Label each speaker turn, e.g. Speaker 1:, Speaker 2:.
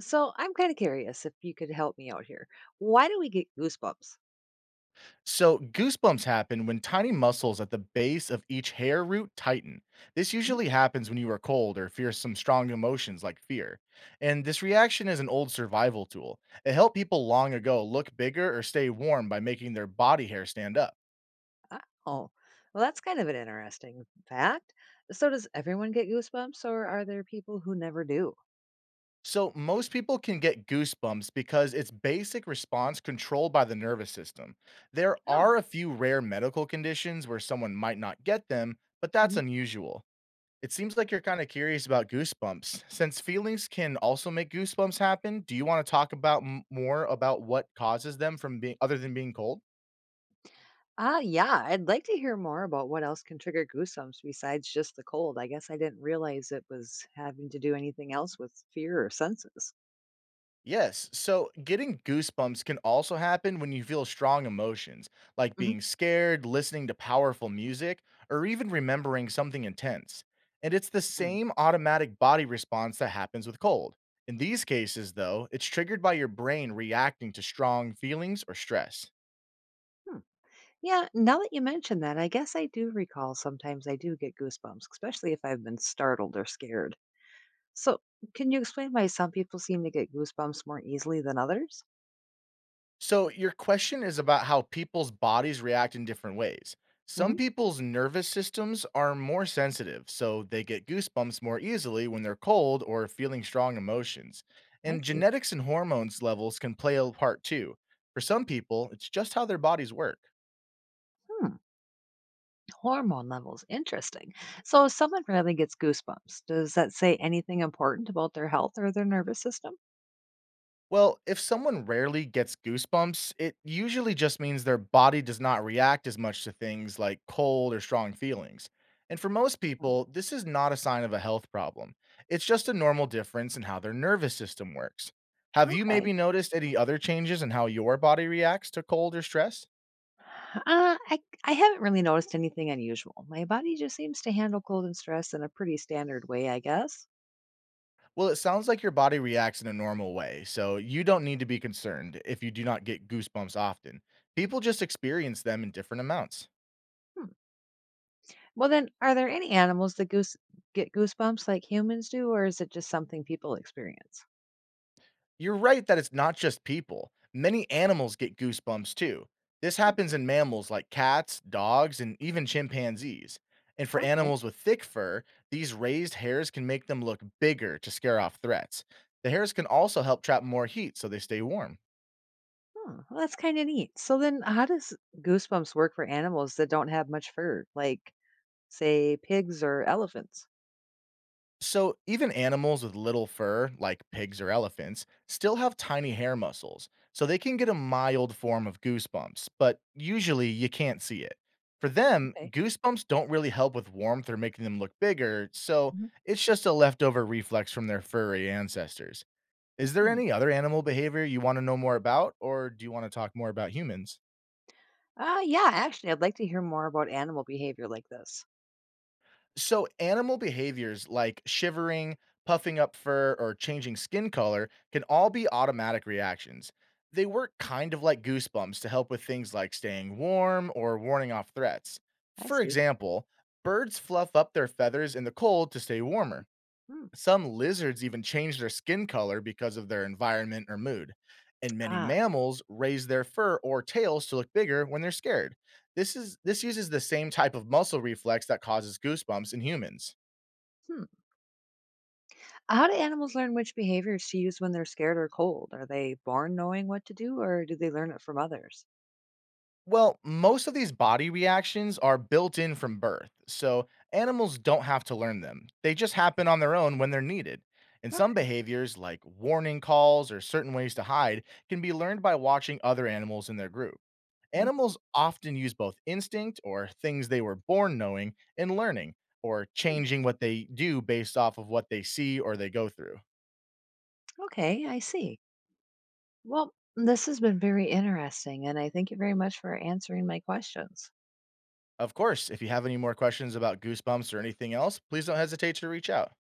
Speaker 1: So I'm kind of curious if you could help me out here. Why do we get goosebumps?
Speaker 2: So, goosebumps happen when tiny muscles at the base of each hair root tighten. This
Speaker 1: Mhm.
Speaker 2: usually happens when you are cold or fear some strong emotions like fear. And this reaction is an old survival tool. It helped people long ago look bigger or stay warm by making their body hair stand up.
Speaker 1: Oh, well, that's kind of an interesting fact. So does everyone get goosebumps, or are there people who never do?
Speaker 2: So, most people can get goosebumps because it's basic response controlled by the nervous system. There
Speaker 1: Oh,
Speaker 2: are a few rare medical conditions where someone might not get them, but that's
Speaker 1: mhm.
Speaker 2: unusual. It seems like you're kind of curious about goosebumps. Since feelings can also make goosebumps happen, do you want to talk about more about what causes them from being other than being cold?
Speaker 1: Yeah, I'd like to hear more about what else can trigger goosebumps besides just the cold. I guess I didn't realize it was having to do anything else with fear or senses.
Speaker 2: Yes. So, getting goosebumps can also happen when you feel strong emotions, like
Speaker 1: Mhm.
Speaker 2: being scared, listening to powerful music, or even remembering something intense. And it's the
Speaker 1: Mm.
Speaker 2: same automatic body response that happens with cold. In these cases, though, it's triggered by your brain reacting to strong feelings or stress.
Speaker 1: Hmm. Yeah, now that you mention that, I guess I do recall sometimes I do get goosebumps, especially if I've been startled or scared. So, can you explain why some people seem to get goosebumps more easily than others?
Speaker 2: So, your question is about how people's bodies react in different ways. Some
Speaker 1: Hmm.
Speaker 2: people's nervous systems are more sensitive, so they get goosebumps more easily when they're cold or feeling strong emotions.
Speaker 1: I
Speaker 2: And
Speaker 1: see.
Speaker 2: genetics and hormones levels can play a part too. For some people, it's just how their bodies work.
Speaker 1: Hmm, hormone levels. Interesting. So, if someone rarely gets goosebumps, does that say anything important about their health or their nervous system?
Speaker 2: Well, if someone rarely gets goosebumps, it usually just means their body does not react as much to things like cold or strong feelings. And for most
Speaker 1: Hmm.
Speaker 2: people, this is not a sign of a health problem. It's just a normal difference in how their nervous system works. Have you
Speaker 1: Okay.
Speaker 2: maybe noticed any other changes in how your body reacts to cold or stress?
Speaker 1: I haven't really noticed anything unusual. My body just seems to handle cold and stress in a pretty standard way, I guess.
Speaker 2: Well, it sounds like your body reacts in a normal way, so you don't need to be concerned if you do not get goosebumps often. People just experience them in different amounts.
Speaker 1: Hmm. Well, then, are there any animals that goose get goosebumps like humans do, or is it just something people experience?
Speaker 2: You're right that it's not just people. Many animals get goosebumps too. This happens in mammals like cats, dogs, and even chimpanzees. And for
Speaker 1: Okay.
Speaker 2: animals with thick fur, these raised hairs can make them look bigger to scare off threats. The hairs can also help trap more heat so they stay warm.
Speaker 1: Oh, well, that's kind of neat. So then, how does goosebumps work for animals that don't have much fur, like say pigs or elephants?
Speaker 2: So, even animals with little fur, like pigs or elephants, still have tiny hair muscles, so they can get a mild form of goosebumps, but usually you can't see it. For them,
Speaker 1: Okay.
Speaker 2: goosebumps don't really help with warmth or making them look bigger, so
Speaker 1: Mhm.
Speaker 2: it's just a leftover reflex from their furry ancestors. Is there
Speaker 1: Yeah.
Speaker 2: any other animal behavior you want to know more about, or do you want to talk more about humans?
Speaker 1: Yeah. Actually, I'd like to hear more about animal behavior like this.
Speaker 2: So, animal behaviors like shivering, puffing up fur, or changing skin color can all be automatic reactions. They work kind of like goosebumps to help with things like staying warm or warning off threats.
Speaker 1: I
Speaker 2: For
Speaker 1: see.
Speaker 2: example, birds fluff up their feathers in the cold to stay warmer.
Speaker 1: Hmm.
Speaker 2: Some lizards even change their skin color because of their environment or mood. And many
Speaker 1: Ah.
Speaker 2: mammals raise their fur or tails to look bigger when they're scared. This uses the same type of muscle reflex that causes goosebumps in humans.
Speaker 1: Hmm. How do animals learn which behaviors to use when they're scared or cold? Are they born knowing what to do, or do they learn it from others?
Speaker 2: Well, most of these body reactions are built in from birth, so animals don't have to learn them. They just happen on their own when they're needed. And some
Speaker 1: Okay.
Speaker 2: behaviors, like warning calls or certain ways to hide, can be learned by watching other animals in their group.
Speaker 1: I see.
Speaker 2: Animals often use both instinct, or things they were born knowing, and learning, or
Speaker 1: Hmm.
Speaker 2: changing what they do based off of what they see or they go through.
Speaker 1: Okay, I see. Well, this has been very interesting, and I thank you very much for answering my questions.
Speaker 2: Of course, if you have any more questions about Goosebumps or anything else, please don't hesitate to reach out.